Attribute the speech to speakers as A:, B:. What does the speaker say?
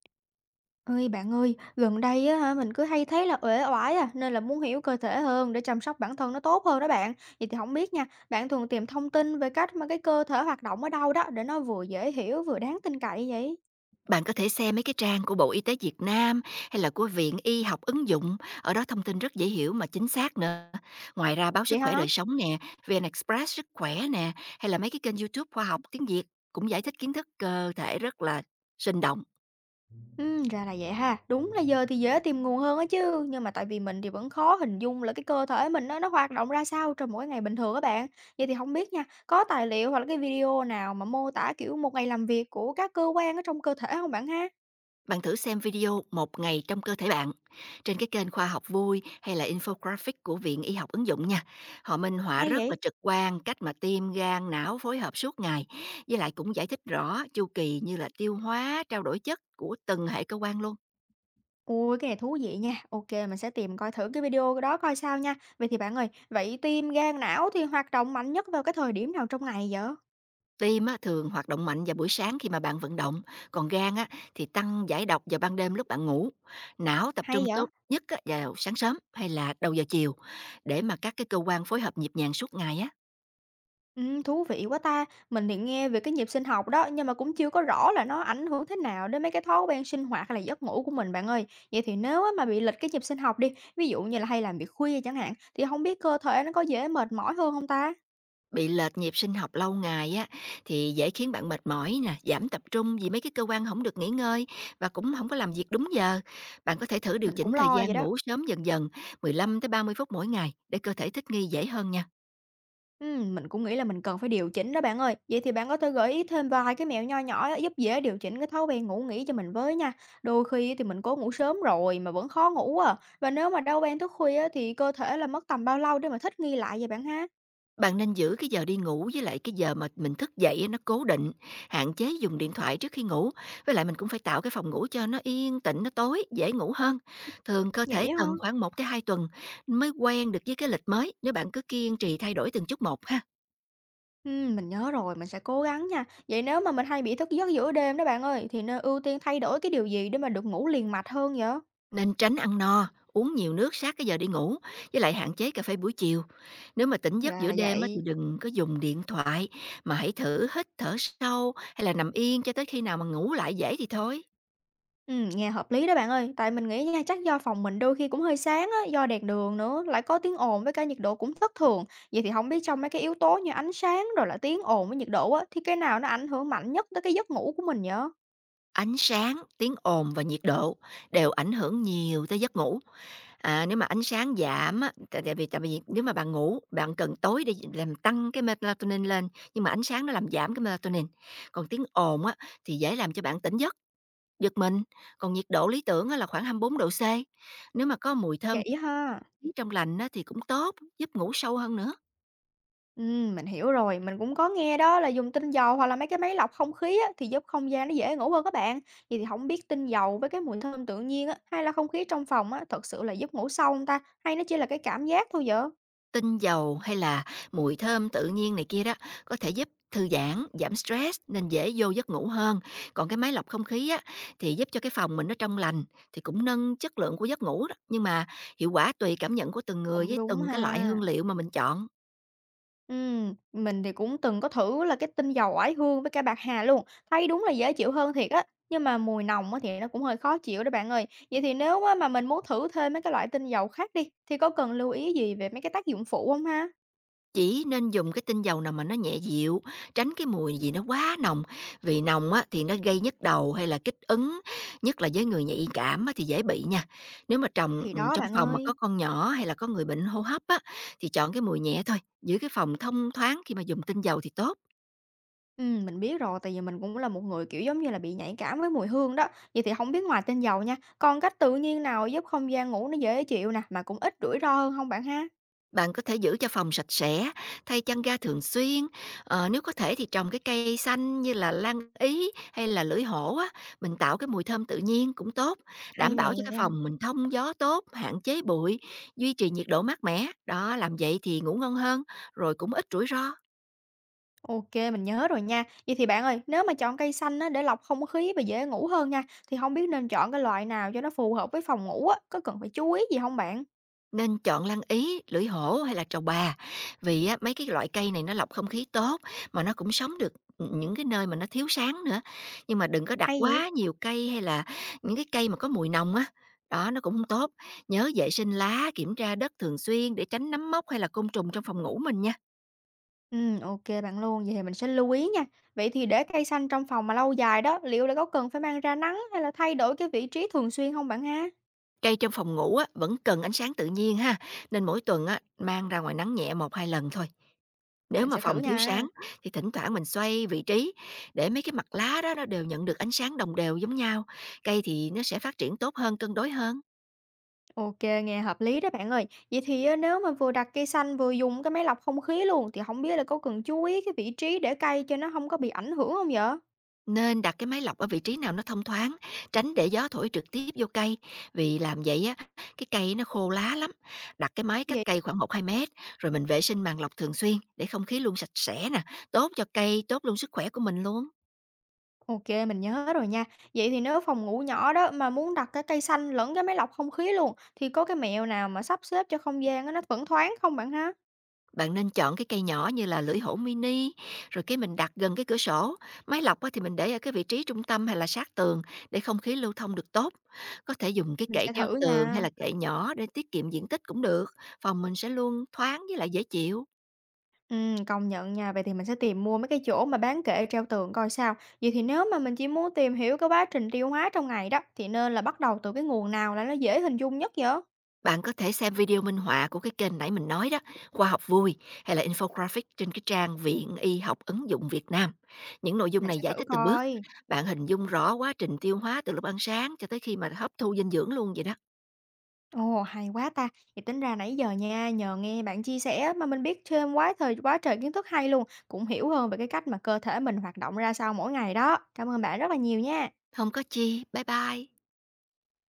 A: Ơi bạn ơi, gần đây á hả mình cứ hay thấy là uể oải à nên là muốn hiểu cơ thể hơn để chăm sóc bản thân nó tốt hơn đó bạn. Vậy thì không biết nha, bạn thường tìm thông tin về cách mà cái cơ thể hoạt động ở đâu đó để nó vừa dễ hiểu vừa đáng tin cậy vậy?
B: Bạn có thể xem mấy cái trang của Bộ Y tế Việt Nam hay là của Viện Y học ứng dụng, ở đó thông tin rất dễ hiểu mà chính xác nữa. Ngoài ra báo
A: Vậy
B: Sức khỏe
A: hả?
B: đời sống nè, VN Express sức khỏe nè, hay là mấy cái kênh YouTube khoa học tiếng Việt cũng giải thích kiến thức cơ thể rất là sinh động.
A: Ừ, ra là vậy ha. Đúng là giờ thì dễ tìm nguồn hơn á chứ. Nhưng mà tại vì mình thì vẫn khó hình dung là cái cơ thể mình nó hoạt động ra sao trong mỗi ngày bình thường các bạn. Vậy thì không biết nha, có tài liệu hoặc là cái video nào mà mô tả kiểu một ngày làm việc của các cơ quan ở trong cơ thể không bạn ha?
B: Bạn thử xem video Một ngày trong cơ thể bạn trên cái kênh Khoa học vui hay là infographic của Viện Y học ứng dụng nha. Họ minh họa
A: Hay
B: rất là
A: vậy?
B: trực quan cách mà tim, gan, não phối hợp suốt ngày. Với lại cũng giải thích rõ chu kỳ như là tiêu hóa, trao đổi chất của từng hệ cơ quan luôn.
A: Ôi, cái này thú vị nha. Ok, mình sẽ tìm coi thử cái video đó coi sao nha. Vậy thì bạn ơi, vậy tim, gan, não thì hoạt động mạnh nhất vào cái thời điểm nào trong ngày vậy?
B: Tim á, thường hoạt động mạnh vào buổi sáng khi mà bạn vận động, còn gan á, thì tăng giải độc vào ban đêm lúc bạn ngủ. Não tập
A: Hay
B: trung
A: vậy?
B: tốt nhất á, vào sáng sớm hay là đầu giờ chiều để mà các cái cơ quan phối hợp nhịp nhàng suốt ngày á.
A: Thú vị quá ta. Mình thì nghe về cái nhịp sinh học đó, nhưng mà cũng chưa có rõ là nó ảnh hưởng thế nào đến mấy cái thói quen sinh hoạt hay là giấc ngủ của mình bạn ơi. Vậy thì nếu á mà bị lệch cái nhịp sinh học đi, ví dụ như là hay làm việc khuya chẳng hạn, thì không biết cơ thể nó có dễ mệt mỏi hơn không ta?
B: Bị lệch nhịp sinh học lâu ngày á thì dễ khiến bạn mệt mỏi nè, giảm tập trung vì mấy cái cơ quan không được nghỉ ngơi và cũng không có làm việc đúng giờ. Bạn có thể thử điều
A: Mình cũng
B: chỉnh thời
A: lo vậy
B: gian
A: đó.
B: ngủ sớm dần dần, 15 tới 30 phút mỗi ngày để cơ thể thích nghi dễ hơn nha.
A: Mình cũng nghĩ là mình cần phải điều chỉnh đó bạn ơi. Vậy thì bạn có thể gợi ý thêm vài cái mẹo nho nhỏ giúp dễ điều chỉnh cái thói quen ngủ nghỉ cho mình với nha. Đôi khi thì mình cố ngủ sớm rồi mà vẫn khó ngủ à. Và nếu mà đau ban thức khuya á, thì cơ thể là mất tầm bao lâu để mà thích nghi lại vậy bạn ha?
B: Bạn nên giữ cái giờ đi ngủ với lại cái giờ mà mình thức dậy á, nó cố định, hạn chế dùng điện thoại trước khi ngủ. Với lại mình cũng phải tạo cái phòng ngủ cho nó yên tĩnh, nó tối, dễ ngủ hơn. Thường cơ
A: Vậy
B: thể
A: á hả?
B: cần khoảng một tới 2 tuần mới quen được với cái lịch mới, nếu bạn cứ kiên trì thay đổi từng chút một ha.
A: Mình nhớ rồi, mình sẽ cố gắng nha. Vậy nếu mà mình hay bị thức giấc giữa đêm đó bạn ơi, thì nên ưu tiên thay đổi cái điều gì để mà được ngủ liền mạch hơn vậy?
B: Nên tránh ăn no, uống nhiều nước sát cái giờ đi ngủ, với lại hạn chế cà phê buổi chiều. Nếu mà tỉnh giấc
A: Ra
B: giữa
A: là
B: đêm á, thì
A: vậy.
B: đừng có dùng điện thoại, mà hãy thử hít thở sâu hay là nằm yên cho tới khi nào mà ngủ lại dễ thì thôi.
A: Nghe hợp lý đó bạn ơi, tại mình nghĩ nha, chắc do phòng mình đôi khi cũng hơi sáng á, do đèn đường nữa, lại có tiếng ồn với cả nhiệt độ cũng thất thường. Vậy thì không biết trong mấy cái yếu tố như ánh sáng rồi là tiếng ồn với nhiệt độ á, thì cái nào nó ảnh hưởng mạnh nhất tới cái giấc ngủ của mình nhở?
B: Ánh sáng, tiếng ồn và nhiệt độ đều ảnh hưởng nhiều tới giấc ngủ. À, nếu mà ánh sáng giảm, á, tại tại vì nếu mà bạn ngủ, bạn cần tối để làm tăng cái melatonin lên, nhưng mà ánh sáng nó làm giảm cái melatonin. Còn tiếng ồn á, thì dễ làm cho bạn tỉnh giấc. Giật mình, còn nhiệt độ lý tưởng á là khoảng 24°C. Nếu mà có mùi thơm
A: Vậy ha.
B: trong lành á thì cũng tốt, giúp ngủ sâu hơn nữa.
A: Mình hiểu rồi, mình cũng có nghe đó là dùng tinh dầu hoặc là mấy cái máy lọc không khí á, thì giúp không gian nó dễ ngủ hơn các bạn. Vậy thì không biết tinh dầu với cái mùi thơm tự nhiên á, hay là không khí trong phòng á, thật sự là giúp ngủ sâu không ta? Hay nó chỉ là cái cảm giác thôi vậy?
B: Tinh dầu hay là mùi thơm tự nhiên này kia đó, có thể giúp thư giãn, giảm stress nên dễ vô giấc ngủ hơn. Còn cái máy lọc không khí á thì giúp cho cái phòng mình nó trong lành thì cũng nâng chất lượng của giấc ngủ đó, nhưng mà hiệu quả tùy cảm nhận của từng người
A: Cũng
B: với
A: đúng
B: từng cái loại
A: ha.
B: hương liệu mà mình chọn.
A: Mình thì cũng từng có thử là cái tinh dầu oải hương với cả bạc hà luôn, thấy đúng là dễ chịu hơn thiệt á, nhưng mà mùi nồng á thì nó cũng hơi khó chịu đó bạn ơi. Vậy thì nếu á mà mình muốn thử thêm mấy cái loại tinh dầu khác đi, thì có cần lưu ý gì về mấy cái tác dụng phụ không ha?
B: Chỉ nên dùng cái tinh dầu nào mà nó nhẹ dịu, tránh cái mùi gì nó quá nồng, vì nồng á thì nó gây nhức đầu hay là kích ứng, nhất là với người nhạy cảm á thì dễ bị nha. Nếu mà trồng,
A: Thì đó
B: trong
A: bạn
B: phòng mà có
A: ơi.
B: con nhỏ hay là có người bệnh hô hấp á, thì chọn cái mùi nhẹ thôi, giữ cái phòng thông thoáng khi mà dùng tinh dầu thì tốt.
A: Mình biết rồi, tại vì mình cũng là một người, kiểu, giống như là bị nhạy cảm với mùi hương đó. Vậy thì không biết ngoài tinh dầu nha, còn cách tự nhiên nào giúp không gian ngủ nó dễ chịu nè, mà cũng ít rủi ro hơn không bạn ha?
B: Bạn có thể giữ cho phòng sạch sẽ, thay chăn ga thường xuyên, nếu có thể thì trồng cái cây xanh như là lan ý hay là lưỡi hổ á, mình tạo cái mùi thơm tự nhiên cũng tốt,
A: Hay
B: đảm bảo
A: nè.
B: cho cái phòng mình thông gió tốt, hạn chế bụi, duy trì nhiệt độ mát mẻ, đó làm vậy thì ngủ ngon hơn, rồi cũng ít rủi ro.
A: Ok, mình nhớ rồi nha. Vậy thì bạn ơi, nếu mà chọn cây xanh á, để lọc không khí và dễ ngủ hơn nha, thì không biết nên chọn cái loại nào cho nó phù hợp với phòng ngủ á, có cần phải chú ý gì không bạn?
B: Nên chọn lăng Ý, lưỡi hổ hay là trầu bà, vì á mấy cái loại cây này nó lọc không khí tốt, mà nó cũng sống được, những cái nơi mà nó thiếu sáng nữa. Nhưng mà đừng có đặt
A: Hay vậy?
B: quá nhiều cây hay là những cái cây mà có mùi nồng á, đó, nó cũng không tốt. Nhớ vệ sinh lá, kiểm tra đất thường xuyên để tránh nấm mốc hay là côn trùng trong phòng ngủ mình nha.
A: Ô bạn luôn, vậy thì mình sẽ lưu ý nha. Vậy thì để cây xanh trong phòng mà lâu dài đó, liệu là có cần phải mang ra nắng hay là thay đổi cái vị trí thường xuyên không bạn ha?
B: Cây trong phòng ngủ á vẫn cần ánh sáng tự nhiên ha, nên mỗi tuần á mang ra ngoài nắng nhẹ một hai lần thôi. Nếu
A: Mình
B: mà
A: sẽ thử
B: phòng thiếu
A: nha.
B: sáng thì thỉnh thoảng mình xoay vị trí để mấy cái mặt lá đó nó đều nhận được ánh sáng đồng đều giống nhau, cây thì nó sẽ phát triển tốt hơn, cân đối hơn.
A: Ok, nghe hợp lý đó bạn ơi. Vậy thì á, nếu mà vừa đặt cây xanh vừa dùng cái máy lọc không khí luôn, thì không biết là có cần chú ý cái vị trí để cây cho nó không có bị ảnh hưởng không hông vậy?
B: Nên đặt cái máy lọc ở vị trí nào nó thông thoáng, tránh để gió thổi trực tiếp vô cây, vì làm vậy á cái cây nó khô lá lắm. Đặt cái máy cách cây khoảng 1 2 mét, rồi mình vệ sinh màng lọc thường xuyên để không khí luôn sạch sẽ nè, tốt cho cây, tốt luôn sức khỏe của mình luôn.
A: OK, mình nhớ rồi nha. Vậy thì nếu phòng ngủ nhỏ đó mà muốn đặt cái cây xanh lẫn cái máy lọc không khí luôn, thì có cái mẹo nào mà sắp xếp cho không gian á nó vẫn thoáng không bạn ha?
B: Bạn nên chọn cái cây nhỏ như là lưỡi hổ mini, rồi cái mình đặt gần cái cửa sổ. Máy lọc á, thì mình để ở cái vị trí trung tâm hay là sát tường để không khí lưu thông được tốt. Có thể dùng cái
A: Mình
B: kệ
A: sẽ
B: treo
A: thử
B: tường
A: nha.
B: hay là kệ nhỏ để tiết kiệm diện tích cũng được. Phòng mình sẽ luôn thoáng với lại dễ chịu.
A: Công nhận nha. Vậy thì mình sẽ tìm mua mấy cái chỗ mà bán kệ treo tường coi sao. Vậy thì nếu mà mình chỉ muốn tìm hiểu cái quá trình tiêu hóa trong ngày đó, thì nên là bắt đầu từ cái nguồn nào là nó dễ hình dung nhất vậy?
B: Bạn có thể xem video minh họa của cái kênh nãy mình nói đó, khoa học vui hay là infographic trên cái trang Viện Y học ứng dụng Việt Nam. Những nội dung
A: Mình
B: này
A: sẽ
B: giải
A: thử
B: thích từng bước.
A: coi.
B: Bạn hình dung rõ quá trình tiêu hóa từ lúc ăn sáng cho tới khi mà hấp thu dinh dưỡng luôn vậy đó.
A: Ồ, hay quá ta! Thì tính ra nãy giờ nha, nhờ nghe bạn chia sẻ á, mà mình biết thêm quá thời quá trời kiến thức hay luôn, cũng hiểu hơn về cái cách mà cơ thể mình hoạt động ra sao mỗi ngày đó. Cảm ơn bạn rất là nhiều nha!
B: Không có chi. Bye bye.